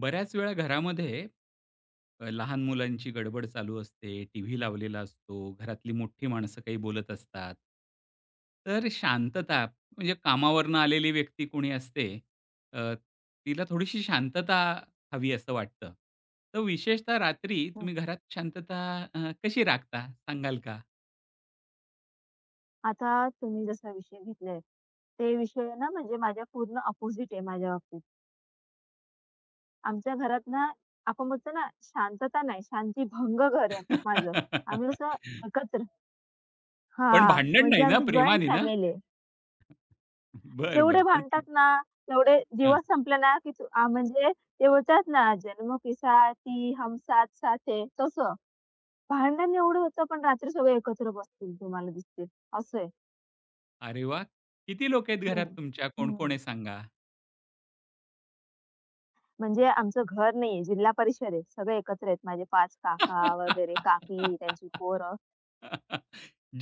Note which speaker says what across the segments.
Speaker 1: बऱ्याच वेळा घरामध्ये लहान मुलांची गडबड चालू असते, टीव्ही लावलेला असतो, घरातली मोठी माणसं काही बोलत असतात. तर शांतता म्हणजे कामावरनं आलेली व्यक्ती कोणी असते, अ, तिला थोडीशी शांतता हवी असं वाटतं. तर विशेषतः रात्री
Speaker 2: हं.
Speaker 1: तुम्ही घरात शांतता कशी राखता सांगाल का?
Speaker 2: आता तुम्ही जसा विषय घेतलाय, ते विषय ना म्हणजे माझ्या पूर्ण अपोझिट आहे माझ्या बाबतीत. आमच्या घरात ना, आपण म्हणतो ना शांतता नाही, शांतीभंग घर आहे माझं. आम्ही कसं एकत्र
Speaker 1: पण
Speaker 2: हां,
Speaker 1: भांडण
Speaker 2: म्हणजे
Speaker 1: नाही ना,
Speaker 2: आमची जॉइंट
Speaker 1: प्रेमाने ना?
Speaker 2: फॅमिली आहे.
Speaker 1: बरं,
Speaker 2: जेवढे
Speaker 1: बरं. पण प्रे
Speaker 2: भांडतात ना, तेवढे
Speaker 1: हां.
Speaker 2: दिवस संपले ना, की म्हणजे ते बोलतात ना, "जन्मों के साथी हम साथ साथ है" तसं. भांडण एवढं होतं, पण रात्री सगळे एकत्र बसतील, तुम्हाला दिसतील, असं आहे.
Speaker 1: अरे वाह! किती लोकं आहेत
Speaker 2: हं.
Speaker 1: घरात तुमच्या? कोण-कोण
Speaker 2: हं.
Speaker 1: आहे सांगा?
Speaker 2: म्हणजे आमचं घर नाहीये, जिल्हा परिषद आहे. सगळे एकत्र आहेत. माझे 5 काका वगैरे, काकी, त्यांची पोरं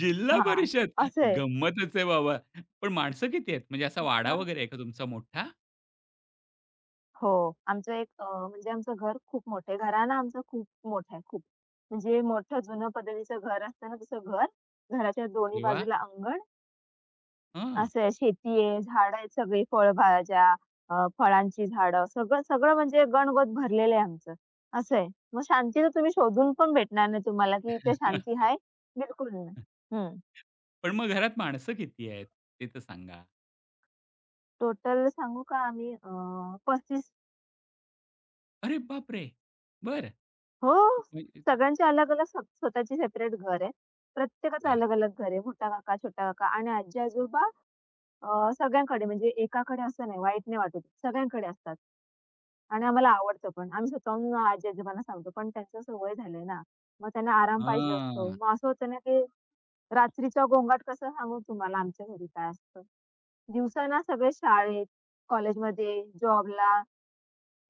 Speaker 1: जिल्हा
Speaker 2: हां,
Speaker 1: परिषद.
Speaker 2: असं आहे.
Speaker 1: गंमतच आहे बाबा. पण माणसं किती आहेत? म्हणजे असा वाडा
Speaker 2: हां.
Speaker 1: वगैरे आहे का तुमचा मोठा?
Speaker 2: हो, आमचं एक म्हणजे आमचं घर खूप मोठं आहे. घराणा आमचा खूप मोठा आहे, खूप. म्हणजे मोठं जुनं पद्धतीचं घर असतं ना, तसं घर. घराच्या दोन्ही
Speaker 1: अरे वाह!
Speaker 2: बाजूला अंगण,
Speaker 1: हं.
Speaker 2: असं आहे. शेती आहे, झाडं आहेत सगळी, फळभाज्या, फळांची झाडं, सगळं सगळं म्हणजे गणगोत भरलेलं आहे आमचं, असं आहे. मग शांती तर तुम्ही शोधून पण भेटणार नाही तुम्हाला, की इथे शांती आहे, बिलकुल नाही. हं.
Speaker 1: पण मग घरात माणसं किती आहेत? ते तर सांगा.
Speaker 2: टोटल सांगू का आम्ही 35.
Speaker 1: अरे बापरे! बरं.
Speaker 2: हो, सगळ्यांचे अलग-अलग स्वतःची सेपरेट घर आहे. प्रत्येकाचं
Speaker 1: बर.
Speaker 2: अलग-अलग घर आहे. मोठा काका, छोटा काका आणि आजी-आजोबा, सगळ्यांकडे म्हणजे एकाकडे असं नाही, वाईट नाही वाटत. सगळ्यांकडे असतात आणि आम्हाला आवडतं पण. आम्ही स्वतःहून आजी-आजोबांना सांगतो, पण त्यांचं सवय झाली ना, मग त्यांना आराम पाहिजे असतो.
Speaker 1: हां.
Speaker 2: मग असं होतं ना, की रात्रीचा गोंगाट कसा सांगू तुम्हाला आमच्या घरी काय असतं. दिवसा ना सगळे शाळेत, कॉलेजमध्ये, जॉबला,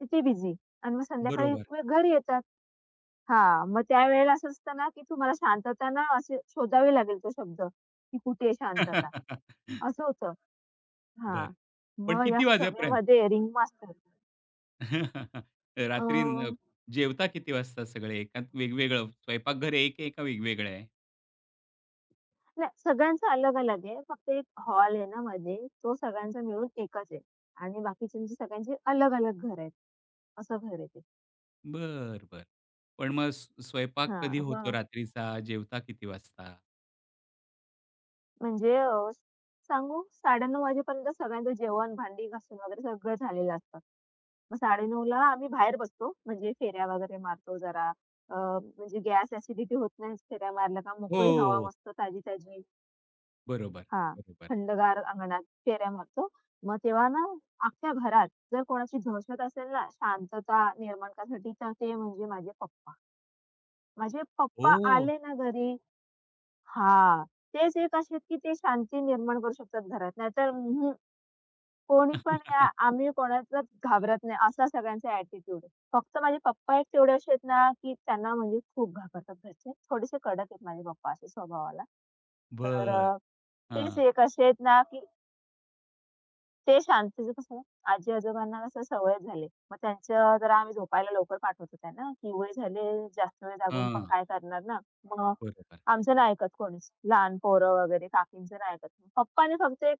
Speaker 2: तिथे बिझी आणि मग संध्याकाळी
Speaker 1: बरोबर.
Speaker 2: मग घरी येतात. हां, मग त्यावेळेला असं असतं ना, की तुम्हाला शांतता ना असे शोधावी लागेल तो शब्द, की कुठे आहे शांतता? असं होतं.
Speaker 1: बरं.
Speaker 2: हां,
Speaker 1: पण
Speaker 2: मग या
Speaker 1: किती वाजेपर्यंत?
Speaker 2: सगळ्यामध्ये रिंग मास्टर. अ,
Speaker 1: रात्री न जेवता किती वाजता सगळे? एकात वेगवेगळं स्वयंपाकघर एक आहे का वेगवेगळं आहे?
Speaker 2: नाही, सगळ्यांचं अलग-अलग आहे. फक्त एक हॉल आहे ना मध्ये, तो सगळ्यांचा मिळून एकच आहे आणि बाकीच्यांची सगळ्यांची अलग-अलग घरं आहेत. असं घर आहे ते.
Speaker 1: बरं, बरं. पण मग स्वयंपाक कधी
Speaker 2: हां,
Speaker 1: होतो
Speaker 2: मग
Speaker 1: रात्रीचा? जेवता किती वाजता?
Speaker 2: म्हणजे सांगू 9:30 वाजेपर्यंत सगळ्यांचं जेवण, भांडी घासून वगैरे सगळं झालेलं असतं. मग 9:30ला आम्ही बाहेर बसतो, म्हणजे फेऱ्या वगैरे मारतो जरा. अ, म्हणजे गॅस ॲसिडिटी होत नाही, फेऱ्या मारल्या का मोकळी हवा
Speaker 1: हो.
Speaker 2: मस्त ताजी-ताजी.
Speaker 1: बरोबर,
Speaker 2: हां,
Speaker 1: बरोबर.
Speaker 2: थंडगार अंगणात फेऱ्या मारतो. मग तेव्हा ना अख्ख्या घरात जर कोणाची दहशत असेल ना, शांतता निर्माण करण्यासाठी, तर ते म्हणजे माझे पप्पा. माझे पप्पा
Speaker 1: ओह!
Speaker 2: आले ना घरी हां, तेच एक असे आहेत, की ते शांती निर्माण करू शकतात घरात. नाहीतर कोणी पण या, आम्ही कोणाचाच घाबरत नाही, असा सगळ्यांचा ॲटिट्यूड आहे. फक्त माझे पप्पा एक तेवढे असे आहेत ना, की त्यांना म्हणजे खूप घाबरतात घरचे. थोडेसे कडक आहेत माझे पप्पा असे स्वभावाला. तर
Speaker 1: बरं.
Speaker 2: तेच
Speaker 1: हां,
Speaker 2: एक असे आहेत ना, की ते शांतीचं कसं आजी-आजोबांना कसं सवयच झाली. मग त्यांचं जरा आम्ही झोपायला लवकर पाठवतो त्यांना, की वय झाले, जास्त वेळ जागून पण
Speaker 1: हां.
Speaker 2: काय करणार ना. मग
Speaker 1: बरोबर.
Speaker 2: आमचं नाही ऐकत कोणीच. लहान पोरं वगैरे काकींचं नाही ऐकत. पप्पांनी फक्त एक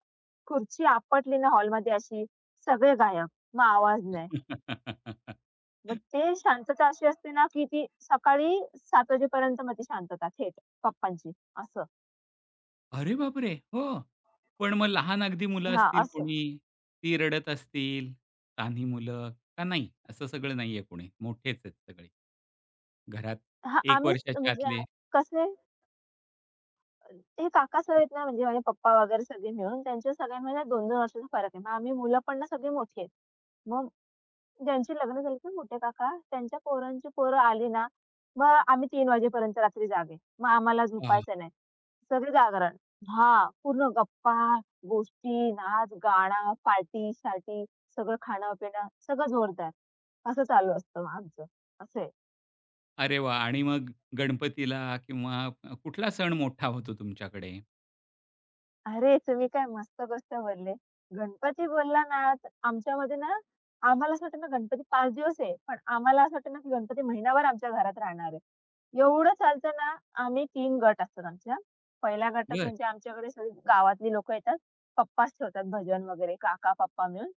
Speaker 2: खुर्ची आपटली ना हॉलमध्ये अशी, सगळे गायब. मग आवाज नाही. मग ते शांतता अशी असते ना, की ती सकाळी 7:00 वाजेपर्यंत मग ती शांतता थेट पप्पांची असं.
Speaker 1: अरे बापरे! हो. पण मग लहान अगदी मुलं
Speaker 2: हां,
Speaker 1: असतील
Speaker 2: असं.
Speaker 1: कोणी, ती रडत असतील, तान्ही मुलं का नाही? असं सगळं नाहीये कोणी, मोठेच आहेत सगळे. घरात
Speaker 2: हां,
Speaker 1: 1
Speaker 2: आम्हीच
Speaker 1: वर्षाच्या
Speaker 2: म्हणजे
Speaker 1: आतले.
Speaker 2: कसं हे काका सर आहेत ना, म्हणजे माझे पप्पा वगैरे सगळे मिळून त्यांच्या सगळ्यांमध्ये ना 2-2 वर्षाचा फरक आहे. मग आम्ही मुलं पण ना सगळी मोठी आहेत. मग ज्यांची लग्न झाली ते मोठे काका, त्यांच्या पोरांची पोरं आली ना, मग आम्ही 3:00 वाजेपर्यंत रात्री जागे. मग आम्हाला
Speaker 1: वाह!
Speaker 2: झोपायचं नाही. सगळे जागरण. हां, पूर्ण गप्पा, गोष्टी, नाच, गाणं, पार्टी-शार्टी, सगळं खाणं-पिणं सगळं जोरदार. असं चालू असतं मग आमचं. असं आहे.
Speaker 1: अरे वाह! आणि मग गणपतीला किंवा कुठला सण मोठा होतो तुमच्याकडे?
Speaker 2: अरे, तुम्ही काय मस्त गोष्ट बोलले. गणपती बोलला ना, तर आमच्यामध्ये ना, आम्हाला असं वाटतं ना गणपती 5 दिवस आहे, पण आम्हाला असं वाटतं ना, की गणपती महिनाभर आमच्या घरात राहणार आहे. एवढं चालतं ना, आम्ही 3 गट असतात आमच्या. पहिला गटात
Speaker 1: बरं,
Speaker 2: म्हणजे आमच्याकडे सगळी गावातली लोकं येतात. पप्पाच ठेवतात भजन वगैरे, काका-पप्पा मिळून.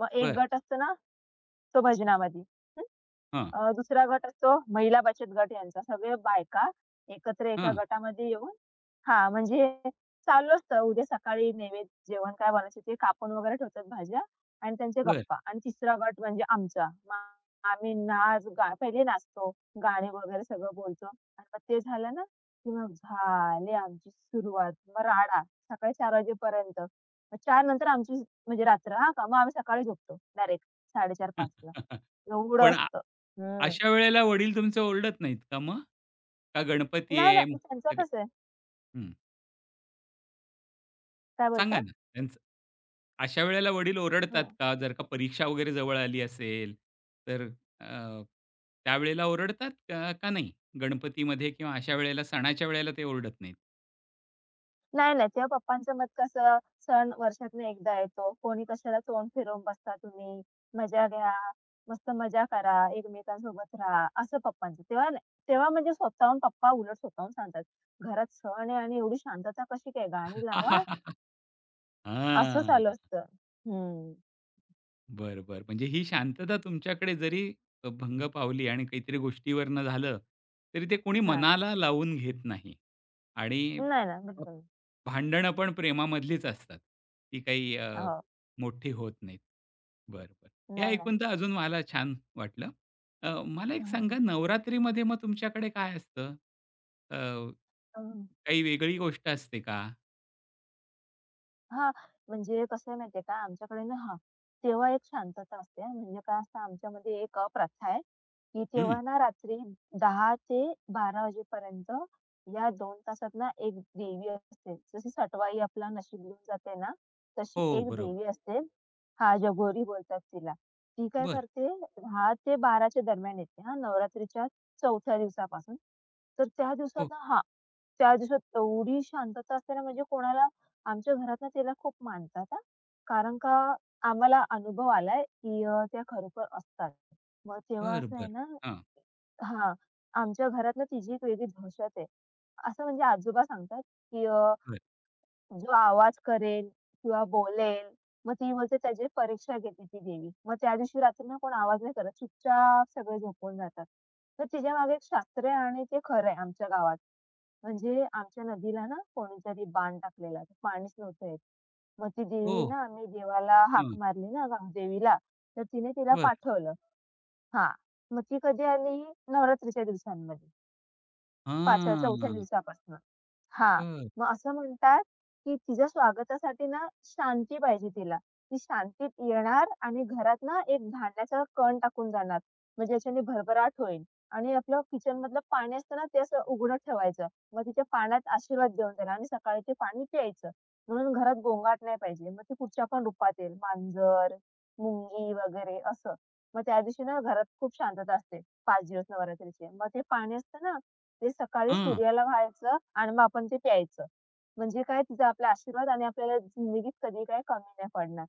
Speaker 2: मग एक
Speaker 1: बरं.
Speaker 2: गट असतो ना, तो भजनामध्ये.
Speaker 1: हां,
Speaker 2: दुसरा गट असतो महिला बचत गट यांचा. सगळे बायका एकत्र एका
Speaker 1: हां,
Speaker 2: गटामध्ये येऊन हां, म्हणजे चालू असतं उद्या सकाळी नैवेद्य जेवण काय बनवायचं ते कापून वगैरे ठेवतात भाज्या आणि त्यांच्या
Speaker 1: बरं.
Speaker 2: गप्पा आणि तिसरा गट म्हणजे आमचा. मग आम्ही नाच गा पहिले नाचतो, गाणे वगैरे सगळं बोलतो आणि मग ते झालं ना, की मग झाली आमची सुरुवात. मग राडा सकाळी 4:00 वाजेपर्यंत. मग 4 नंतर आमची म्हणजे रात्र हां का. मग आम्ही सकाळी झोपतो डायरेक्ट 4:30-5:00. एवढं
Speaker 1: पण
Speaker 2: असतं. हं.
Speaker 1: अशा वेळेला वडील तुमचे ओरडत नाहीत का मग? का गणपती
Speaker 2: नाही,
Speaker 1: आहे
Speaker 2: नाही. त्यांचं
Speaker 1: सगळं?
Speaker 2: कसं आहे
Speaker 1: हं,
Speaker 2: काय
Speaker 1: सांगा
Speaker 2: बोलता?
Speaker 1: ना त्यांचं. अशा वेळेला वडील ओरडतात
Speaker 2: हं.
Speaker 1: का? जर का परीक्षा वगैरे जवळ आली असेल, तर अ, त्यावेळेला ओरडतात का का नाही? गणपतीमध्ये किंवा अशा वेळेला सणाच्या वेळेला ते ओरडत नाहीत?
Speaker 2: नाही, नाही. तेव्हा पप्पांचं मत कसं सण वर्षातून एकदा येतो. कोणी कशाला तोंड फिरवून बसता तुम्ही. मजा घ्या, मस्त मजा करा, एकमेकांसोबत राहा, असं पप्पांचं. तेव्हा नाही. तेव्हा म्हणजे स्वतःहून पप्पा उलट स्वतःहून सांगतात. "घरात सण आहे आणि एवढी शांतता कशी काय? गाणी लावा." असं
Speaker 1: हां.
Speaker 2: चालू असतं. हं.
Speaker 1: बर, बर, म्हणजे ही शांतता तुमच्याकडे जरी भंग पावली आणि काहीतरी गोष्टीवरनं झालं, तरी ते कोणी
Speaker 2: हां.
Speaker 1: मनाला लावून घेत नाही. आणि
Speaker 2: नाही ना,
Speaker 1: अ,
Speaker 2: बिलकुल नाही.
Speaker 1: भांडणं पण प्रेमामधलीच असतात. ती काही
Speaker 2: हो.
Speaker 1: मोठी होत नाहीत. बरं, बरं. हे
Speaker 2: नाही ना.
Speaker 1: ऐकून तर अजून मला छान वाटलं. मला एक सांगा, नवरात्रीमध्ये मग तुमच्याकडे काय असतं? अ, काही वेगळी गोष्ट असते का?
Speaker 2: हां, म्हणजे कसं आहे माहिती आहे का, आमच्याकडे ना हां, तेव्हा एक शांतता असते हां. म्हणजे काय असतं आमच्यामध्ये एक प्रथा आहे, की
Speaker 1: हं.
Speaker 2: तेव्हा ना रात्री 10 ते 12:00 वाजेपर्यंत या 2 तासात ना एक देवी असते. जशी सटवाई आपला नशीब घेऊन जाते ना, तशी
Speaker 1: हो,
Speaker 2: एक
Speaker 1: बरोबर.
Speaker 2: देवी असते. हां, जगोरी बोलतात तिला. ती काय
Speaker 1: बरं.
Speaker 2: करते 10:00 ते 12:00च्या दरम्यान येते हां, नवरात्रीच्या 4थ्या दिवसापासून. तर त्या दिवसात
Speaker 1: हो.
Speaker 2: ना हां, त्या दिवसात एवढी शांतता असते ना, म्हणजे कोणाला आमच्या घरातनं त्याला खूप मानतात हां. कारण का आम्हाला अनुभव आलाय, की त्या खरोखर असतात. मग तेव्हा
Speaker 1: बरं,
Speaker 2: असं आहे
Speaker 1: बरं.
Speaker 2: ना
Speaker 1: हां.
Speaker 2: हां, आमच्या घरातनं तिची एक वेगळी दहशत आहे. असं म्हणजे आजोबा सांगतात, की
Speaker 1: बरं.
Speaker 2: "जो आवाज करेल किंवा बोलेल, मग ती बोलते त्याची परीक्षा घेते ती देवी." मग त्या दिवशी रात्री ना कोण आवाज नाही करत, चुपचाप सगळे झोपून जातात. तर तिच्यामागे एक शास्त्र आहे आणि ते खरं आहे आमच्या गावात. म्हणजे आमच्या नदीला ना कोणीतरी बाण टाकलेला, तर पाणीच नव्हतं येत. मग ती
Speaker 1: हो.
Speaker 2: देवी आहे ना, आम्ही देवाला हाक मारली ना देवीला, तर तिने तिला
Speaker 1: बरं.
Speaker 2: पाठवलं. हां, मग ती कधी आली? नवरात्रीच्या दिवसांमध्ये, पाचव्या-चौथ्या
Speaker 1: हां.
Speaker 2: दिवसापासनं. हां,
Speaker 1: बरं.
Speaker 2: मग असं म्हणतात, की तिच्या स्वागतासाठी ना शांती पाहिजे तिला. ती शांतीत येणार आणि घरात ना एक धान्याचा कण टाकून जाणार. म्हणजे याच्याने भरभराट होईल आणि आपलं किचनमधलं पाणी असतं ना, ते असं उघडं ठेवायचं. मग तिच्या पाण्यात आशीर्वाद देऊन देणार आणि सकाळी ते पाणी प्यायचं. म्हणून घरात गोंगाट नाही पाहिजे. मग ती कुठच्या पण रूपात येईल, मांजर, मुंगी वगैरे असं. मग त्या दिवशी ना घरात खूप शांतता असते 5 दिवस नवरात्रीचे. मग ते पाणी असतं ना ते सकाळी
Speaker 1: हां.
Speaker 2: सूर्याला घालायचं आणि मग आपण ते प्यायचं. म्हणजे काय तिचा आपला आशीर्वाद आणि आपल्याला जिंदगीत कधी काय कमी नाही पडणार.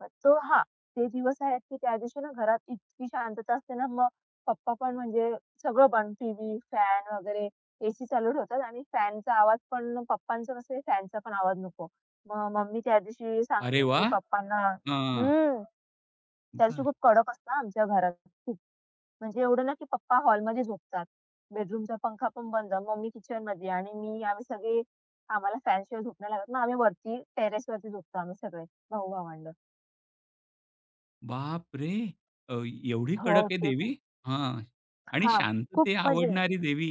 Speaker 2: मग तो हां, ते दिवस आहेत की त्या दिवशी ना घरात इतकी शांतता असते ना, मग पप्पा पण म्हणजे सगळं बंद टीव्ही, फॅन वगैरे एसी चालू ठेवतात आणि फॅनचा आवाज पण पप्पांचं कसं आहे फॅनचा पण आवाज नको. मग मम्मी त्या दिवशी
Speaker 1: अरे
Speaker 2: सांगते की
Speaker 1: वाह!
Speaker 2: पप्पांना
Speaker 1: हां.
Speaker 2: हं, त्या दिवशी
Speaker 1: बरं.
Speaker 2: खूप कडक असतं आमच्या घरात. म्हणजे एवढं ना, की पप्पा हॉलमध्ये झोपतात. बेडरूमचा पंखा पण बंद, मम्मी किचनमध्ये आणि मी आम्ही सगळे आम्हाला फॅनशिवाय झोप नाही लागत ना, आम्ही वरती टेरेसवरती झोपतो आम्ही सगळे भाऊ-भावंड.
Speaker 1: बापरे! अ, एवढी
Speaker 2: हो.
Speaker 1: कडक आहे
Speaker 2: तर ते
Speaker 1: देवी?
Speaker 2: खूप
Speaker 1: हां. आणि
Speaker 2: हां, खूप
Speaker 1: शांतते
Speaker 2: म्हणजे
Speaker 1: आवडणारी देवी.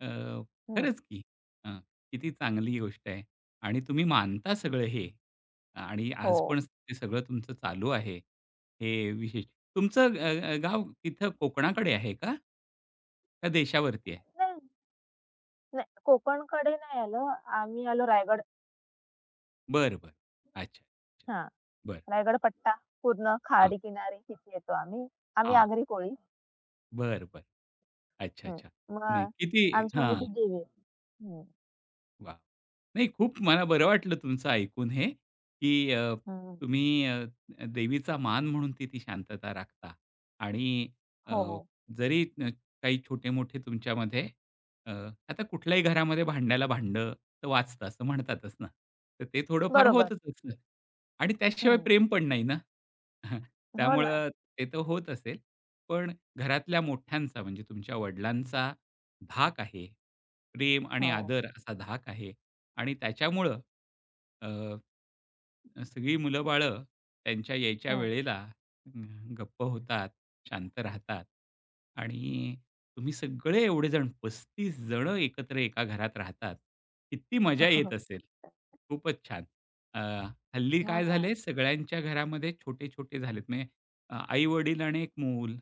Speaker 1: अ,
Speaker 2: हं.
Speaker 1: खरंच की. हां. किती चांगली गोष्ट आहे. आणि तुम्ही मानता सगळं हे आणि
Speaker 2: हो.
Speaker 1: आज पण ते सगळं तुमचं चालू आहे. हे विशेष. तुमचं अ, अ, गाव तिथं कोकणाकडे आहे का? का देशावरती आहे?
Speaker 2: नाही, नाही कोकणकडे नाही आलो. आम्ही आलो रायगड.
Speaker 1: बरं, बरं. अच्छा, अच्छा.
Speaker 2: हां,
Speaker 1: बरं.
Speaker 2: रायगड पट्टा पूर्ण
Speaker 1: हां,
Speaker 2: खाडी किनारी तिथे येतो आम्ही. आम्ही
Speaker 1: हां.
Speaker 2: आगरी कोळी.
Speaker 1: बरं, बरं. अच्छा,
Speaker 2: हं.
Speaker 1: अच्छा.
Speaker 2: मग
Speaker 1: नाही, किती.
Speaker 2: आमच्यामध्ये
Speaker 1: हां,
Speaker 2: ती देवी आहे. हं.
Speaker 1: वाह! नाही, खूप मला बरं वाटलं तुमचं ऐकून हे, की
Speaker 2: हं.
Speaker 1: तुम्ही देवीचा मान म्हणून ती ती शांतता राखता आणि अ,
Speaker 2: हो.
Speaker 1: जरी काही छोटे-मोठे तुमच्यामध्ये अ, आता कुठल्याही घरामध्ये भांड्याला भांडं तर वाजतं असं म्हणतातच ना. तर ते थोडंफार
Speaker 2: बरोबर.
Speaker 1: होतच असतं आणि त्याशिवाय
Speaker 2: हं.
Speaker 1: प्रेम पण नाही ना.
Speaker 2: हो ना.
Speaker 1: त्यामुळं ते तर होत असेल. पण घरातल्या मोठ्यांचा, म्हणजे तुमच्या वडिलांचा धाक आहे, प्रेम आणि
Speaker 2: हो.
Speaker 1: आदर असा धाक आहे. आणि त्याच्यामुळं अ, सगळी मुलं-बाळं त्यांच्या यायच्या
Speaker 2: हं.
Speaker 1: वेळेला अ, गप्प होतात, शांत राहतात आणि तुम्ही सगळे एवढे जण, 35 जण, एकत्र एका घरात राहतात. किती
Speaker 2: हो,
Speaker 1: मजा येत
Speaker 2: हो,
Speaker 1: असेल. खूपच छान. अ, हल्ली
Speaker 2: हो
Speaker 1: काय
Speaker 2: ना.
Speaker 1: झालंय, सगळ्यांच्या घरामध्ये छोटे-छोटे झालेत म्हणजे आई-वडील आणि एक मूल.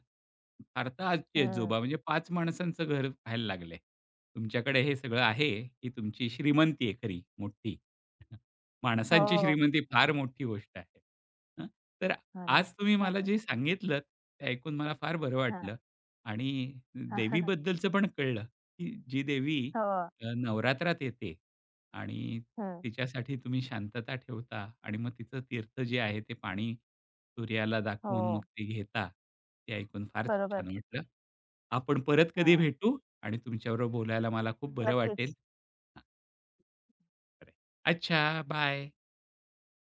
Speaker 1: फार तर आजी
Speaker 2: हं.
Speaker 1: आजोबा, म्हणजे पाच माणसांचं घर व्हायला लागलंय. तुमच्याकडे हे सगळं आहे, ही तुमची श्रीमंती आहे खरी मोठी. माणसांची
Speaker 2: हो,
Speaker 1: श्रीमंती फार मोठी गोष्ट आहे. हं, तर
Speaker 2: हो ना.
Speaker 1: आज तुम्ही
Speaker 2: हं,
Speaker 1: मला जे सांगितलंत ते ऐकून मला फार बरं
Speaker 2: हां.
Speaker 1: वाटलं. आणि देवीबद्दलचं पण कळलं, की जी देवी
Speaker 2: हो.
Speaker 1: नवरात्रात येते आणि
Speaker 2: हं.
Speaker 1: तिच्यासाठी तुम्ही शांतता ठेवता आणि मग तिचं तीर्थ जे आहे ते पाणी सूर्याला दाखवून मग
Speaker 2: हो.
Speaker 1: ते घेता. ते ऐकून फार
Speaker 2: बरोबर.
Speaker 1: छान वाटलं. आपण परत कधी
Speaker 2: हां.
Speaker 1: भेटू आणि तुमच्याबरोबर बोलायला मला खूप बरं वाटेल.
Speaker 2: नक्कीच.
Speaker 1: हां, खरं आहे. अच्छा, बाय.